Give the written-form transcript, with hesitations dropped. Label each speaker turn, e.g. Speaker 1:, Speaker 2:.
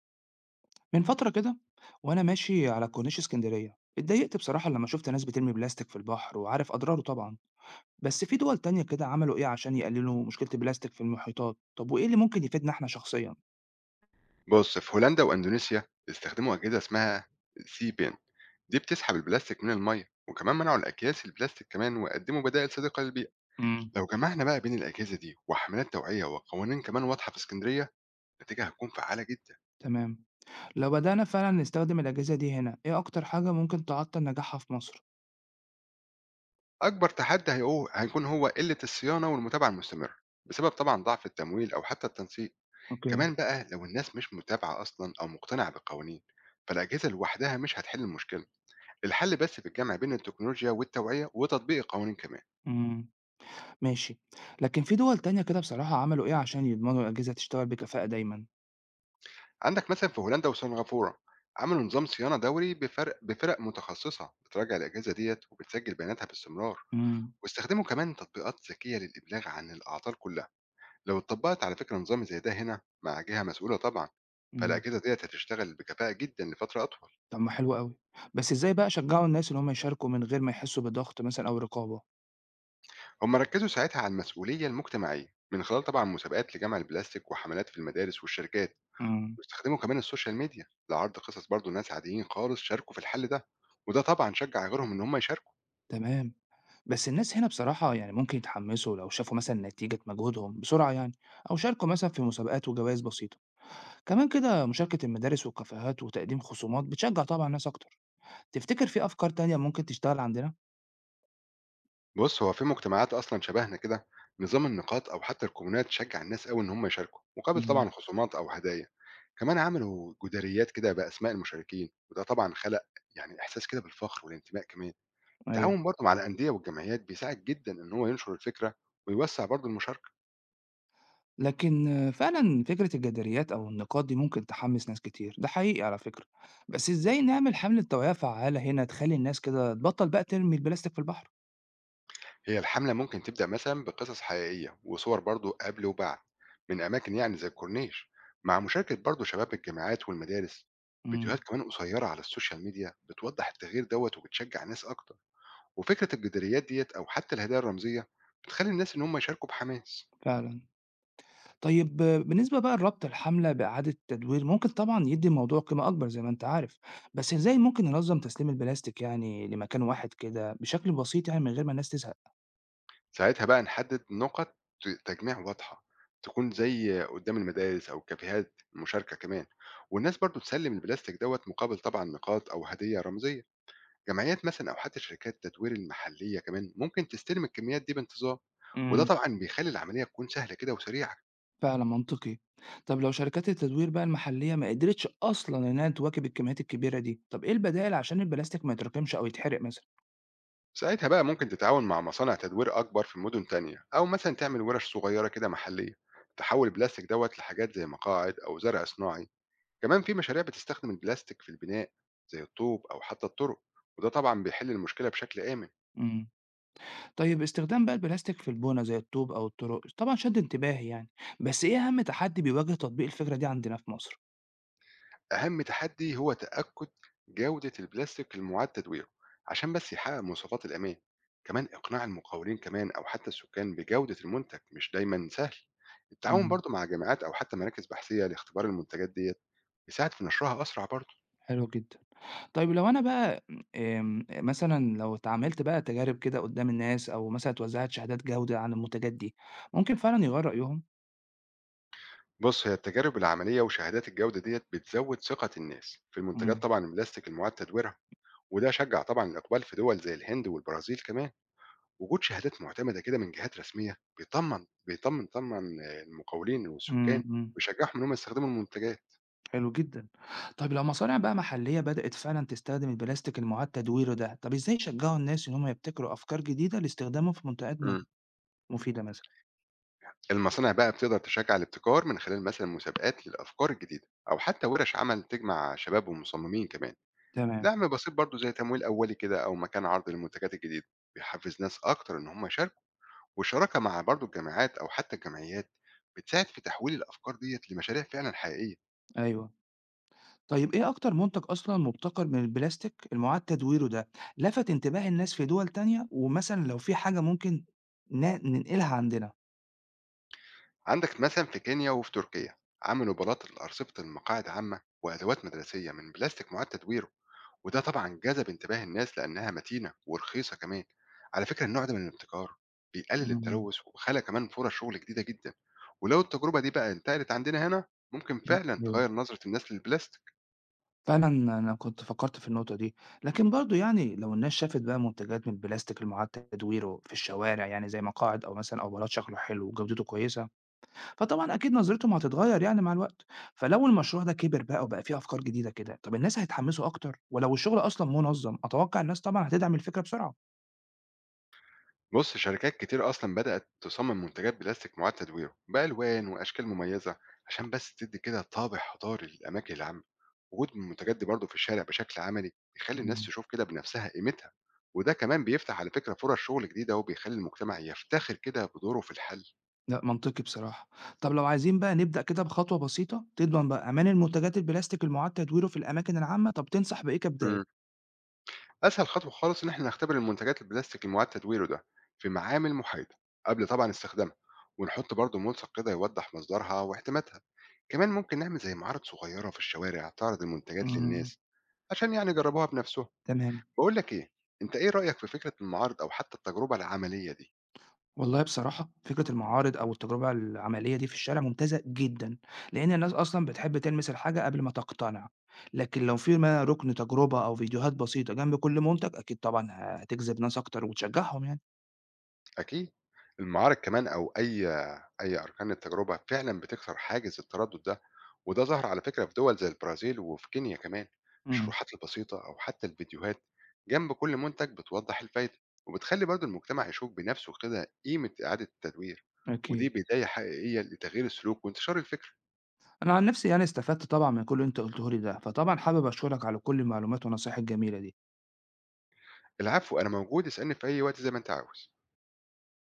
Speaker 1: من فترة كده وأنا ماشي على كورنيش اسكندرية اتضايقت بصراحة لما شفت ناس بترمي بلاستيك في البحر وعارف أضراره طبعا. بس في دول تانية كده عملوا إيه عشان يقللوا مشكلة البلاستيك في المحيطات؟ طب وإيه اللي ممكن يفيدنا إحنا شخصيا؟
Speaker 2: بُص، في هولندا وإندونيسيا استخدموا أجهزة اسمها Sea-Pen، دي بتسحب البلاستيك من المَيّة، وكمان منعوا الأكياس البلاستيك كمان وقدموا بدائل صديقة للبيئة.
Speaker 1: امم.
Speaker 2: لو جمعنا بقى بين الأجهزة دي وحملات توعية وقوانين كمان واضحة في اسكندرية، النتيجة هتكون فعّالة جدًا.
Speaker 1: تمام. لو بدأنا فعلا نستخدم الأجهزة دي هنا إيه أكتر حاجة ممكن تعطل نجاحها في مصر؟
Speaker 2: أكبر تحدي هيكون هو قلة الصيانة والمتابعة المستمرة، بسبب طبعًا ضعف التمويل أو حتى التنسيق.
Speaker 1: أوكي.
Speaker 2: كمان بقى لو الناس مش متابعة أصلًا أو مقتنعة بالقوانين، فالأجهزة لوحدها مش هتحل المشكلة. الحل بس في الجمع بين التكنولوجيا والتوعية وتطبيق القوانين كمان.
Speaker 1: امم. ماشي. لكن في دول تانية كده بصراحة عملوا إيه عشان يضمنوا الأجهزة تشتغل بكفاءة دايما؟
Speaker 2: عندك مثلا في هولندا وسنغافورة عملوا نظام صيانة دوري بفرق متخصصة بتراجع الأجهزة ديت وبتسجل بياناتها باستمرار،
Speaker 1: امم.
Speaker 2: واستخدموا كمان تطبيقات ذكية للإبلاغ عن الأعطال كلها. لو اتطبقت على فكرة نظام زي ده هنا مع جهة مسؤولة طبعا، فالأجهزة ديت هتشتغل بكفاءة جدا لفترة أطول.
Speaker 1: طب ما حلو أوي، بس إزاي بقى أشجّعوا الناس إن هُم يشاركوا من غير ما يحسّوا بضغط مثلًا أو رقابة؟
Speaker 2: هم ركزوا ساعتها على المسؤولية المجتمعية من خلال طبعا مسابقات لجمع البلاستيك وحملات في المدارس والشركات،
Speaker 1: إمم،
Speaker 2: واستخدموا كمان السوشيال ميديا لعرض قصص برضو ناس عاديين خالص شاركوا في الحل ده، وده طبعا شجع غيرهم ان هم يشاركوا.
Speaker 1: تمام، بس الناس هنا بصراحة يعني ممكن يتحمّسوا لو شافوا مثلًا نتيجة مجهودهم بسرعة يعني، أو شاركوا مثلًا في مسابقات وجوايز بسيطة، كمان كده مشاركة المدارس والكافيهات وتقديم خصومات بتشجّع طبعًا الناس أكتر، تفتكر في أفكار تانية ممكن تشتغل عندنا؟
Speaker 2: بص، هو في مجتمعات اصلا شبهنا كده نظام النقاط او حتى الكومونات شجع الناس قوي ان هم يشاركوا مقابل
Speaker 1: إمم،
Speaker 2: طبعا خصومات او هدايا. كمان عملوا جداريات كده باسماء المشاركين، وده طبعا خلق يعني احساس كده بالفخر والانتماء كمان.
Speaker 1: أيوه.
Speaker 2: التعاون برضه مع الانديه والجمعيات بيساعد جدا ان هو ينشر الفكره ويوسع برضه المشاركه.
Speaker 1: لكن آه، فعلا فكرة الجداريات أو النقاط دي ممكن تحمس ناس كتير ده حقيقي على فكرة. بس إزاي نعمل حملة توعية فعالة هنا تخلي الناس كده تبطل بقى ترمي البلاستيك في البحر؟
Speaker 2: هي الحملة ممكن تبدأ مثلا بقصص حقيقية وصور برضو قبل وبعد، من أماكن يعني زي الكورنيش، مع مشاركة برضو شباب الجامعات والمدارس. فيديوهات
Speaker 1: امم.
Speaker 2: كمان قصيرة على السوشيال ميديا بتوضح التغيير دوت وبتشجع الناس أكتر، وفكرة الجداريات ديت أو حتى الهدايا الرمزية بتخلي الناس إن هم يشاركوا بحماس.
Speaker 1: فعلا. طيب آه، بالنسبة بقى لربط الحملة بإعادة التدوير ممكن طبعا يدي الموضوع قيمة أكبر زي ما أنت عارف، بس إزاي ممكن ننظم تسليم البلاستيك يعني لمكان واحد كده بشكل بسيط يعني من غير ما الناس تزهق؟
Speaker 2: ساعتها بقى نحدد نقط تجميع واضحة، تكون زي قدام المدارس أو الكافيهات المشاركة كمان، والناس برضو تسلم البلاستيك دوت مقابل طبعا نقاط أو هدية رمزية. جمعيات مثلا او حتى شركات تدوير المحليه كمان ممكن تستلم الكميات دي بانتظام، وده
Speaker 1: امم.
Speaker 2: طبعا بيخلي العمليه تكون سهله كده وسريعه.
Speaker 1: فعلًا منطقي. طب لو شركات التدوير بقى المحلية ما قدرتش أصلًا إنها تواكب الكميات الكبيرة دي، طب إيه البدائل عشان البلاستيك ما يتراكمش أو يتحرق مثلًا؟
Speaker 2: ساعتها بقى ممكن تتعاون مع مصانع تدوير اكبر في مدن تانية، او مثلا تعمل ورش صغيره كده محليه تحول البلاستيك دوت لحاجات زي مقاعد او زرع صناعي. كمان في مشاريع بتستخدم البلاستيك في البناء زي الطوب او حتى الطرق، وده طبعا بيحل المشكله بشكل امن.
Speaker 1: إمم. طيب استخدام بقى البلاستيك في البُنا زي الطوب أو الطرق طبعًا شد انتباهي يعني، بس إيه أهم تحدي بيواجه تطبيق الفكرة دي عندنا في مصر؟
Speaker 2: أهم تحدي هو تأكد جودة البلاستيك المعاد تدويره عشان بس يحقق مواصفات الأمان. كمان إقناع المقاولين كمان أو حتى السكان بجودة المنتج مش دايما سهل. التعاون
Speaker 1: إمم،
Speaker 2: برضو مع جامعات أو حتى مراكز بحثية لاختبار المنتجات ديت بيساعد في نشرها أسرع برضو.
Speaker 1: حلو جدًا. طيب لو أنا بقى مثلًا لو اتعملت بقى تجارب كده قدّام الناس أو مثلًا اتوزعت شهادات جودة عن المنتجات دي، ممكن فعلًا يغيّر رأيهم؟
Speaker 2: بص، هي التجارب العملية وشهادات الجودة ديت بتزود ثقة الناس في المنتجات
Speaker 1: إمم،
Speaker 2: طبعا البلاستيك المعاد تدويرها، وده شجع طبعا الإقبال في دول زي الهند والبرازيل كمان. وجود شهادات معتمدة كده من جهات رسمية بيطمن طبعًا المقاولين
Speaker 1: إمم،
Speaker 2: والسكان،
Speaker 1: إمم.
Speaker 2: ويشجّعهم إن هم يستخدموا المنتجات.
Speaker 1: حلو جدًا. طيب لو مصانع بقى محلية بدأت فعلًا تستخدم البلاستيك المُعاد تدويره ده، طب إزاي يشجعوا الناس إن هم يبتكروا أفكار جديدة لاستخدامه في منتجات
Speaker 2: إمم.
Speaker 1: مفيدة مثلًا؟
Speaker 2: المصانع بقى بتقدر تشجّع الابتكار من خلال مثلًا مسابقات للأفكار الجديدة أو حتى ورش عمل تجمع شباب ومصممين كمان.
Speaker 1: تمام،
Speaker 2: دعم بسيط برضه زي تمويل أولي كده أو مكان عرض للمنتجات الجديدة بيحفّز ناس أكتر إن هم يشاركوا، والشراكة مع برضه الجامعات أو حتى الجمعيات بتساعد في تحويل الأفكار ديّة لمشاريع فعلًا حقيقية.
Speaker 1: أيوه. طيب إيه أكتر منتج أصلًا مُبتكر من البلاستيك المُعاد تدويره ده لَفَت انتباه الناس في دول تانية؟ ومثلًا لو في حاجة ممكن ن ننقلها عندنا؟
Speaker 2: عندك مثلا في كينيا وفي تركيا عملوا بلاط لأرصفة المقاعد عامة وأدوات مدرسية من بلاستيك معاد تدويره، وده طبعا جذب انتباه الناس لأنها متينة ورخيصة كمان. على فكرة النوع ده من الابتكار بيقلل
Speaker 1: إمم.
Speaker 2: التلوث وخلق كمان فرص شغل جديدة جدا، ولو التجربة دي بقى انتقلت عندنا هنا ممكن
Speaker 1: إمم،
Speaker 2: فعلا تغير
Speaker 1: أيوه.
Speaker 2: نظرة الناس للبلاستيك.
Speaker 1: فعلًا أنا كنت فكّرت في النقطة دي، لكن برضه يعني لو الناس شافت بقى منتجات من البلاستيك المُعاد تدويره في الشوارع يعني زي مقاعد أو مثلًا أو بلاط شكله حلو وجودته كويسة، فطبعًا أكيد نظرتهم هتتغيّر يعني مع الوقت، فلو المشروع ده كِبِر بقى وبقى فيه أفكار جديدة كده، طَب الناس هيتحمّسوا أكتر؟ ولو الشغل أصلًا منظّم، أتوقع الناس طبعًا هتدعم الفكرة بسرعة.
Speaker 2: بص، شركات كتير أصلا بدأت تصمم منتجات بلاستيك معاد تدويره بألوان وأشكال مميزة عشان بس تدي كده طابع حضاري للأماكن العامة. وجود المنتجات دي برضه في الشارع بشكل عملي بيخلي الناس
Speaker 1: إمم،
Speaker 2: تشوف كده بنفسها قيمتها، وده كمان بيفتح على فكرة فرص شغل جديدة وبيخلي المجتمع يفتخر كده بدوره في الحل.
Speaker 1: لأ منطقي بصراحة. طَب لو عايزين بقى نبدأ كده بخطوة بسيطة تضمن بقى أمان المنتجات البلاستيك المُعاد تدويره في الأماكن العامة، طَب تنصح بإيه كبداية؟
Speaker 2: أسهل خطوة خالص إن إحنا نختبر المنتجات البلاستيك المعاد تدويره ده في معامل محايدة قبل طبعا استخدامها، ونحط برضه ملصق كده يوضح مصدرها واحتمالاتها. كمان ممكن نعمل زي معارض صغيرة في الشوارع تعرض المنتجات
Speaker 1: إمم،
Speaker 2: للناس عشان يعني يجربوها بنفسهم.
Speaker 1: تمام.
Speaker 2: بقول لك إيه، أنت إيه رأيك في فكرة المعارض أو حتى التجربة العملية دي؟
Speaker 1: والله بصراحة فكرة المعارض أو التجربة العملية دي في الشارع ممتازة جدًا، لإن الناس أصلًا بتحب تلمس الحاجة قبل ما تقتنع، لكن لو في ما ركن تجربة أو فيديوهات بسيطة جنب كل منتج أكيد طبعًا هتجذب ناس أكتر وتشجعهم يعني.
Speaker 2: أكيد. المعارك كمان أو أي أركان التجربة فعلًا بتكسر حاجز التردد ده، وده ظهر على فكرة في دول زي البرازيل وفي كينيا كمان.
Speaker 1: إمم،
Speaker 2: الشروحات البسيطة أو حتى الفيديوهات جنب كل منتج بتوضح الفايدة، وبتخلي برضه المجتمع يشوف بنفسه كده قيمة إعادة التدوير، ودي
Speaker 1: أكيد.
Speaker 2: بداية حقيقية لتغيير السلوك وانتشار الفكرة.
Speaker 1: أنا عن نفسي يعني استفدت طبعًا من كل اللي أنت قُلته لي ده، فطبعًا حابب أشكرك على كل المعلومات والنصايح الجميلة دي.
Speaker 2: العفو، أنا موجود اسألني في أي وقت زي ما أنت عاوز.